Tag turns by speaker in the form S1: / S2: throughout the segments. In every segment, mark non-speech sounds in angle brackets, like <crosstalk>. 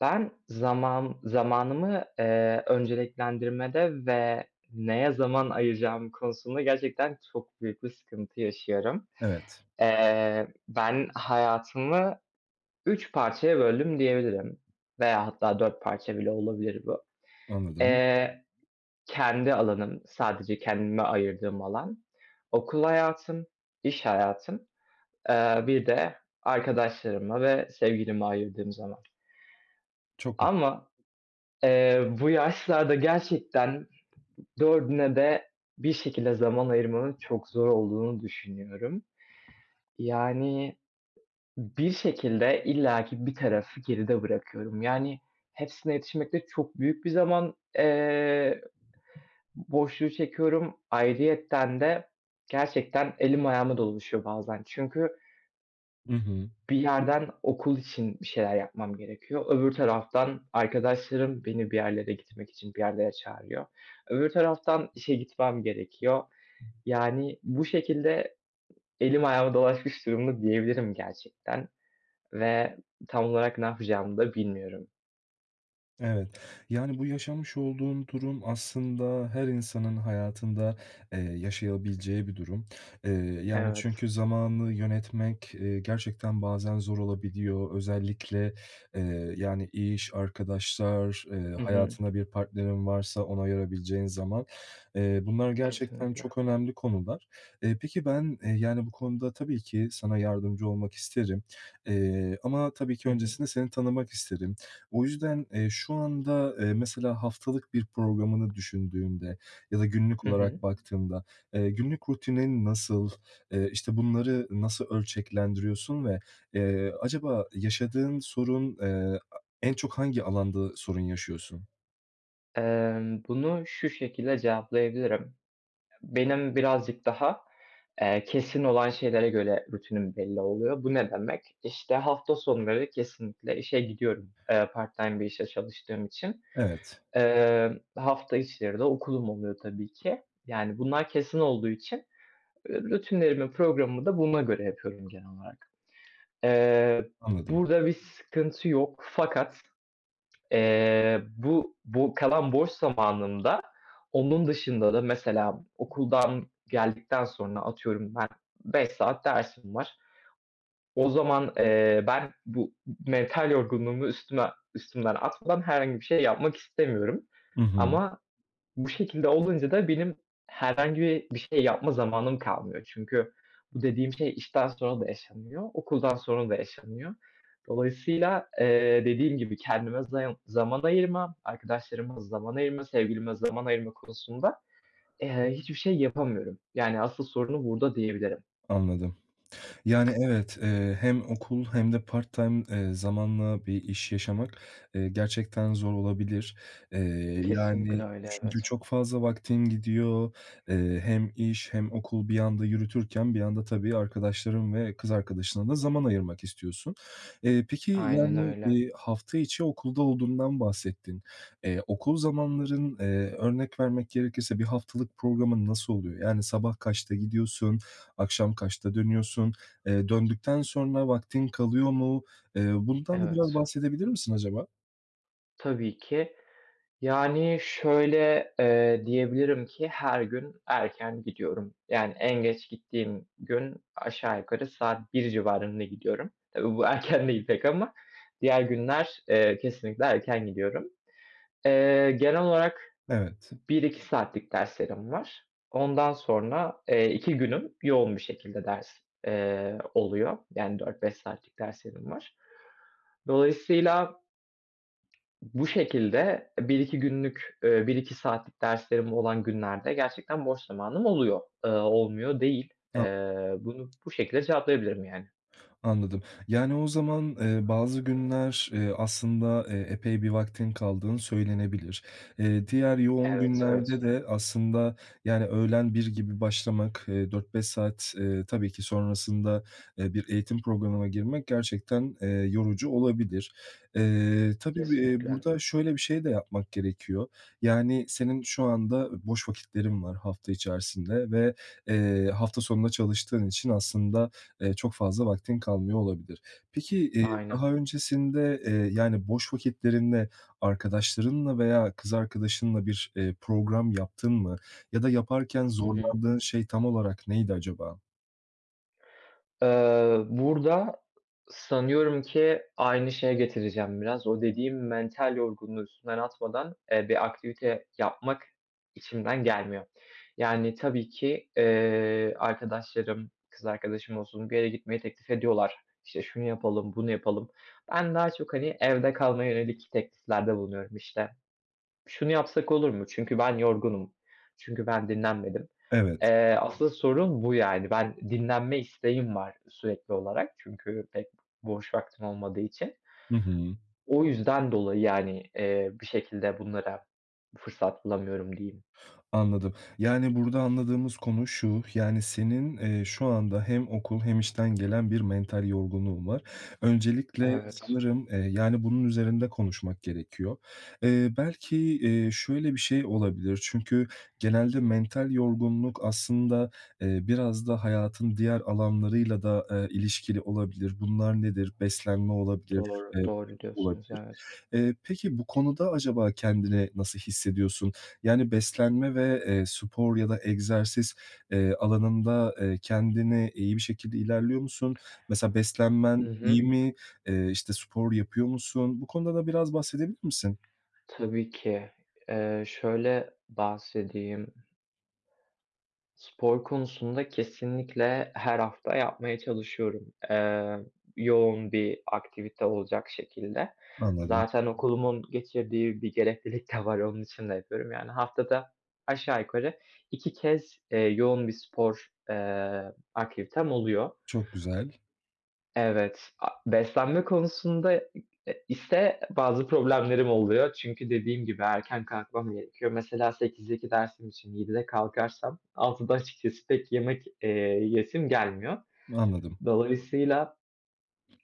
S1: Ben zamanımı, önceliklendirmede ve neye zaman ayıracağım konusunda gerçekten çok büyük bir sıkıntı yaşıyorum.
S2: Evet,
S1: Ben hayatımı 3 parçaya böldüm diyebilirim veya hatta 4 parça bile olabilir bu.
S2: anladım.
S1: Eee, Kendi alanım, sadece kendime ayırdığım alan, okul hayatım, iş hayatım, bir de arkadaşlarıma ve sevgilime ayırdığım zaman.
S2: Çok gü
S1: Ama bu yaşlarda gerçekten dördüne de bir şekilde zaman ayırmanın çok zor olduğunu düşünüyorum. Yani, bir şekilde illaki bir tarafı geride bırakıyorum. Yani, hepsine yetişmekte çok büyük bir zaman, boşluğu çekiyorum. Ayrıyeten de gerçekten elim ayağıma dolaşıyor bazen. Çünkü
S2: Hı,
S1: bir yerden okul için bir şeyler yapmam gerekiyor. Öbür taraftan arkadaşlarım beni bir yerlere gitmek için bir yerlere çağırıyor. Öbür taraftan işe gitmem gerekiyor. Yani bu şekilde elim ayağıma dolaşmış durumda diyebilirim gerçekten ve tam olarak ne yapacağımı da bilmiyorum.
S2: evet. Yani bu yaşamış olduğun durum aslında her insanın hayatında, yaşayabileceği bir durum. Eee, yani,
S1: Evet.
S2: çünkü zamanı yönetmek, gerçekten bazen zor olabiliyor. Özellikle, yani, iş, arkadaşlar,
S1: Hı hı.
S2: hayatında bir partnerin varsa ona ayırabileceğin zaman, bunlar gerçekten
S1: Kesinlikle.
S2: çok önemli konular. Peki ben, yani, bu konuda tabii ki sana yardımcı olmak isterim, ama tabii ki
S1: Hı hı.
S2: öncesinde seni tanımak isterim. O yüzden, şu anda, mesela haftalık bir programını düşündüğümde ya da günlük
S1: Hı hı.
S2: olarak baktığımda, günlük rutinin nasıl, işte, bunları nasıl ölçeklendiriyorsun ve, acaba yaşadığın sorun, en çok hangi alanda sorun yaşıyorsun?
S1: Bunu şu şekilde cevaplayabilirim. Benim birazcık daha, kesin olan şeylere göre rutinim belli oluyor. Bu ne demek? İşte, hafta sonları kesinlikle işe gidiyorum, part-time bir işte çalıştığım için.
S2: Evet,
S1: Hafta içleri de okulum oluyor tabii ki. Yani, bunlar kesin olduğu için, rutinlerimi, programımı da buna göre yapıyorum genel olarak. Eee,
S2: anladım.
S1: Burada bir sıkıntı yok, fakat bu kalan boş zamanımda onun dışında da mesela okuldan geldikten sonra atıyorum ben 5 saat dersim var. O zaman, ben bu mental yorgunluğumu üstümden atmadan herhangi bir şey yapmak istemiyorum,
S2: Hı hı,
S1: ama bu şekilde olunca da benim herhangi bir şey yapma zamanım kalmıyor. Çünkü bu dediğim şey işten sonra da yaşanıyor, okuldan sonra da yaşanıyor. Dolayısıyla, dediğim gibi kendime zaman ayırma, arkadaşlarıma zaman ayırma, sevgilime zaman ayırma konusunda, hiçbir şey yapamıyorum. Yani asıl sorunu burada diyebilirim.
S2: anladım. Yani, evet, hem okul hem de part-time, zamanla bir iş yaşamak, gerçekten zor olabilir. Yani,
S1: Kesinlikle öyle,
S2: çünkü
S1: evet.
S2: çok fazla vaktin gidiyor. Hem iş hem okul bir anda yürütürken bir anda tabii arkadaşların ve kız arkadaşına da zaman ayırmak istiyorsun. Peki,
S1: Aynen
S2: yani,
S1: öyle.
S2: hafta içi okulda olduğundan bahsettin. Okul zamanların, örnek vermek gerekirse bir haftalık programın nasıl oluyor? Yani, sabah kaçta gidiyorsun, akşam kaçta dönüyorsun? Döndükten sonra vaktin kalıyor mu? Bundan da biraz
S1: Evet.
S2: bahsedebilir misin acaba?
S1: Tabii ki. Yani, şöyle, diyebilirim ki her gün erken gidiyorum. Yani, en geç gittiğim gün aşağı yukarı saat bir civarında gidiyorum. Tabii bu <laughs> erken değil pek, ama diğer günler, kesinlikle erken gidiyorum. Genel olarak
S2: Evet.
S1: bir iki saatlik derslerim var. Ondan sonra, 2 günüm yoğun bir şekilde ders, oluyor. Yani, dört beş saatlik derslerim var. Dolayısıyla bu şekilde bir iki günlük, 1-2 saatlik derslerim olan günlerde gerçekten boş zamanım oluyor. Olmuyor değil. Bunu bu şekilde cevaplayabilirim yani.
S2: Anladım. Yani, o zaman, bazı günler, aslında, epey bir vaktin kaldığını söylenebilir. Diğer yoğun
S1: Evet,
S2: günlerde
S1: evet.
S2: de aslında, yani, öğlen bir gibi başlamak, 4-5 saat, tabii ki sonrasında, bir eğitim programına girmek gerçekten, yorucu olabilir. Tabii, bir,
S1: Kesinlikle.
S2: burada şöyle bir şey de yapmak gerekiyor. Yani, senin şu anda boş vakitlerin var hafta içerisinde ve, hafta sonunda çalıştığın için aslında, çok fazla vaktin kalmıyor olabilir. Peki,
S1: Aynen.
S2: daha öncesinde, yani, boş vakitlerinde arkadaşlarınla veya kız arkadaşınla bir, program yaptın mı? Ya da yaparken
S1: Hı hı.
S2: zorlandığın şey tam olarak neydi acaba?
S1: Burada sanıyorum ki aynı şeye getireceğim biraz. O dediğim mental yorgunluğu üstümden atmadan, bir aktivite yapmak içimden gelmiyor. Yani, tabii ki, arkadaşlarım, kız arkadaşım olsun bir yere gitmeyi teklif ediyorlar. İşte, şunu yapalım, bunu yapalım. Ben daha çok, hani, evde kalmaya yönelik tekliflerde bulunuyorum. İşte şunu yapsak olur mu? Çünkü ben yorgunum. Çünkü ben dinlenmedim.
S2: Evet.
S1: Asıl sorun bu yani. Ben dinlenme isteğim var sürekli olarak. Çünkü pek boş vaktim olmadığı için.
S2: Hı hı.
S1: O yüzden dolayı yani, bir şekilde bunlara fırsat bulamıyorum diyeyim.
S2: Anladım. Yani, burada anladığımız konu şu, yani, senin, şu anda hem okul hem işten gelen bir mental yorgunluğun var. Öncelikle
S1: Evet,
S2: sanırım, yani, bunun üzerinde konuşmak gerekiyor. Belki, şöyle bir şey olabilir çünkü genelde mental yorgunluk aslında, biraz da hayatın diğer alanlarıyla da, ilişkili olabilir. Bunlar nedir? Beslenme olabilir,
S1: doğru, doğru
S2: uyku
S1: diyorsunuz,
S2: olabilir.
S1: evet.
S2: Peki bu konuda acaba kendini nasıl hissediyorsun? Yani beslenme ve, spor ya da egzersiz, alanında, kendini iyi bir şekilde ilerliyor musun? Mesela
S1: Hı
S2: beslenmen iyi
S1: hı.
S2: mi? İşte, spor yapıyor musun? Bu konuda da biraz bahsedebilir misin?
S1: Tabii ki. Şöyle bahsedeyim. Spor konusunda kesinlikle her hafta yapmaya çalışıyorum, yoğun bir aktivite olacak şekilde.
S2: Anladım.
S1: Zaten okulumun getirdiği bir gereklilik de var, onun için de yapıyorum. Yani haftada aşağı yukarı 2 kez, yoğun bir spor, aktivitem oluyor.
S2: Çok güzel.
S1: Evet, beslenme konusunda ise bazı problemlerim oluyor. Çünkü dediğim gibi erken kalkmam gerekiyor. Mesela 8'deki dersim için yedide kalkarsam altıda açıkçası pek yemek, yesim gelmiyor.
S2: Anladım.
S1: Dolayısıyla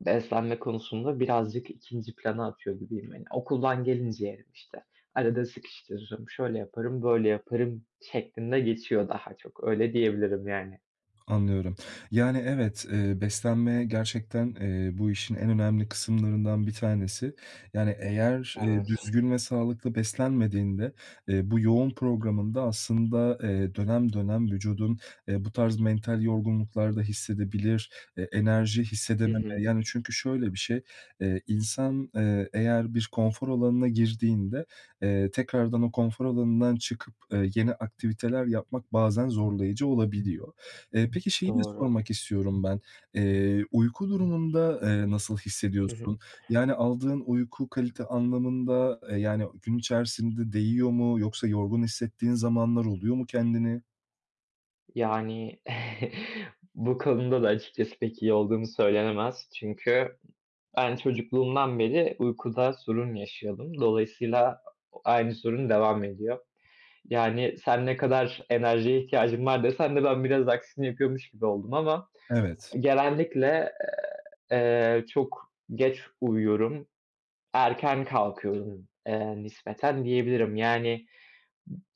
S1: beslenme konusunda birazcık ikinci plana atıyor gibiyim. Hani okuldan gelince yerim işte. Arada sıkıştırırım, şöyle yaparım, böyle yaparım şeklinde geçiyor daha çok. Öyle diyebilirim yani.
S2: Anlıyorum. Yani, evet, beslenme gerçekten, bu işin en önemli kısımlarından bir tanesi. Yani, eğer,
S1: Evet.
S2: düzgün ve sağlıklı beslenmediğinde, bu yoğun programında aslında, dönem dönem vücudun, bu tarz mental yorgunluklar da hissedebilir, enerji
S1: Hı
S2: hissedememe.
S1: hı.
S2: Yani, çünkü şöyle bir şey, insan, eğer bir konfor alanına girdiğinde, tekrardan o konfor alanından çıkıp, yeni aktiviteler yapmak bazen zorlayıcı olabiliyor. Peki şeyi de
S1: Doğru.
S2: sormak istiyorum ben. Uyku durumunda, nasıl
S1: Hı hı.
S2: hissediyorsun? Yani aldığın uyku kalite anlamında, yani gün içerisinde değiyor mu yoksa yorgun hissettiğin zamanlar oluyor mu kendini?
S1: Yani, <laughs> bu konuda da açıkçası pek iyi olduğum söylenemez. Çünkü ben çocukluğumdan beri uykuda sorun yaşıyordum. Dolayısıyla aynı sorun devam ediyor. Yani, "Sen ne kadar enerjiye ihtiyacın var?" desen de ben biraz aksini yapıyormuş gibi oldum, ama
S2: Evet,
S1: genellikle, çok geç uyuyorum, erken kalkıyorum, nispeten diyebilirim. Yani,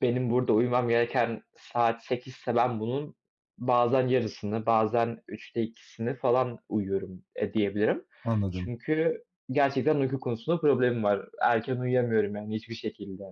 S1: benim burada uyumam gereken saat sekizse ben bunun bazen yarısını, bazen üçte ikisini falan uyuyorum, diyebilirim.
S2: anladım.
S1: Çünkü gerçekten uyku konusunda problemim var. Erken uyuyamıyorum yani hiçbir şekilde.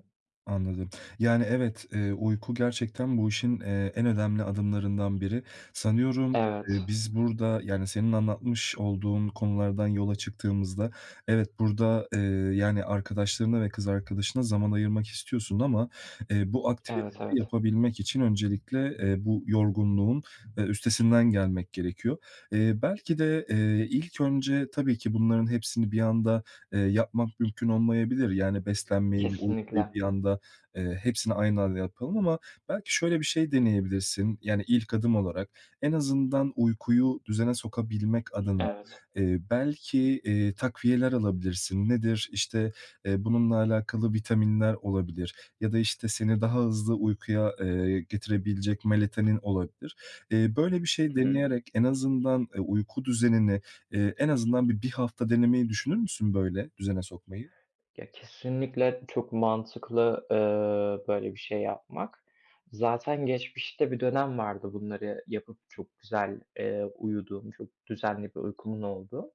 S2: Anladım. Yani, evet, uyku gerçekten bu işin, en önemli adımlarından biri. Sanıyorum,
S1: Evet,
S2: biz burada, yani, senin anlatmış olduğun konulardan yola çıktığımızda, evet, burada, yani, arkadaşlarına ve kız arkadaşına zaman ayırmak istiyorsun ama, bu
S1: evet,
S2: aktiviteleri
S1: evet.
S2: yapabilmek için öncelikle, bu yorgunluğun, üstesinden gelmek gerekiyor. Belki de, ilk önce tabii ki bunların hepsini bir anda yapmak mümkün olmayabilir. Yani beslenmeyi uykuyu
S1: Kesinlikle.
S2: bir anda, hepsini aynı anda yapalım ama belki şöyle bir şey deneyebilirsin, yani ilk adım olarak en azından uykuyu düzene sokabilmek adına,
S1: Evet.
S2: belki, takviyeler alabilirsin. Nedir? İşte, bununla alakalı vitaminler olabilir ya da, işte, seni daha hızlı uykuya, getirebilecek melatonin olabilir. Böyle bir şey
S1: Hı hı.
S2: deneyerek en azından, uyku düzenini. En azından bir hafta denemeyi düşünür müsün böyle düzene sokmayı?
S1: Ya, kesinlikle çok mantıklı, böyle bir şey yapmak. Zaten geçmişte bir dönem vardı bunları yapıp çok güzel, uyuduğum, çok düzenli bir uykumun olduğu.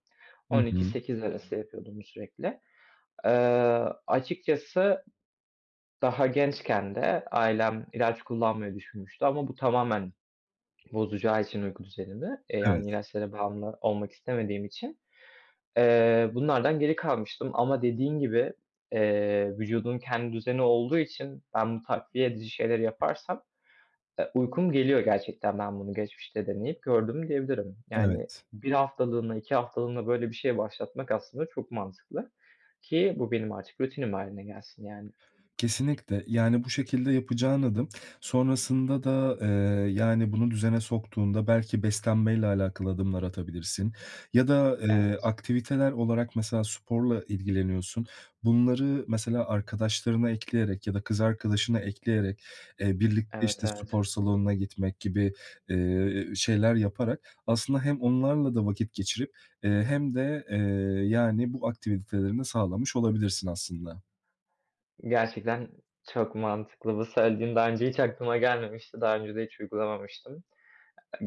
S2: Hı hı.
S1: 12-8 Hı arası yapıyordum sürekli. Açıkçası daha gençken de ailem ilaç kullanmayı düşünmüştü, ama bu tamamen bozacağı için uyku düzenimi,
S2: Evet,
S1: yani ilaçlara bağımlı olmak istemediğim için bunlardan geri kalmıştım, ama dediğin gibi, vücudun kendi düzeni olduğu için ben bu takviye edici şeyleri yaparsam, uykum geliyor gerçekten. Ben bunu geçmişte deneyip gördüm diyebilirim. Yani
S2: evet.
S1: bir haftalığına, 2 haftalığına böyle bir şey başlatmak aslında çok mantıklı, ki bu benim artık rutinim hâline gelsin yani.
S2: Kesinlikle. Yani, bu şekilde yapacağın adım sonrasında da, yani, bunu düzene soktuğunda belki beslenmeyle alakalı adımlar atabilirsin ya da,
S1: Evet,
S2: aktiviteler olarak mesela sporla ilgileniyorsun. Bunları mesela arkadaşlarına ekleyerek ya da kız arkadaşına ekleyerek, birlikte,
S1: evet,
S2: işte, spor
S1: evet.
S2: salonuna gitmek gibi, şeyler yaparak aslında hem onlarla da vakit geçirip, hem de, yani, bu aktivitelerini sağlamış olabilirsin aslında.
S1: Gerçekten çok mantıklı. Bu söylediğin daha önce hiç aklıma gelmemişti. Daha önce de hiç uygulamamıştım.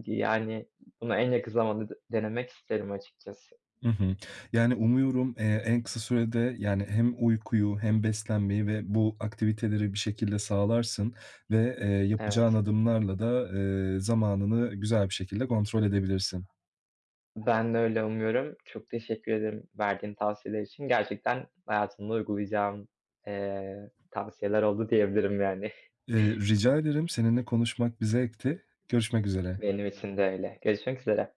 S1: Yani bunu en yakın zamanda denemek isterim açıkçası.
S2: Hı hı. Yani, umuyorum, en kısa sürede, yani, hem uykuyu hem beslenmeyi ve bu aktiviteleri bir şekilde sağlarsın ve, yapacağın
S1: Evet,
S2: adımlarla da, zamanını güzel bir şekilde kontrol edebilirsin.
S1: ben de öyle umuyorum. Çok teşekkür ederim verdiğin tavsiyeler için. Gerçekten hayatımda uygulayacağım, tavsiyeler oldu diyebilirim yani.
S2: Eee, rica ederim. Seninle konuşmak bir zevkti. Görüşmek
S1: <laughs>
S2: üzere.
S1: Benim için de öyle. Görüşmek üzere.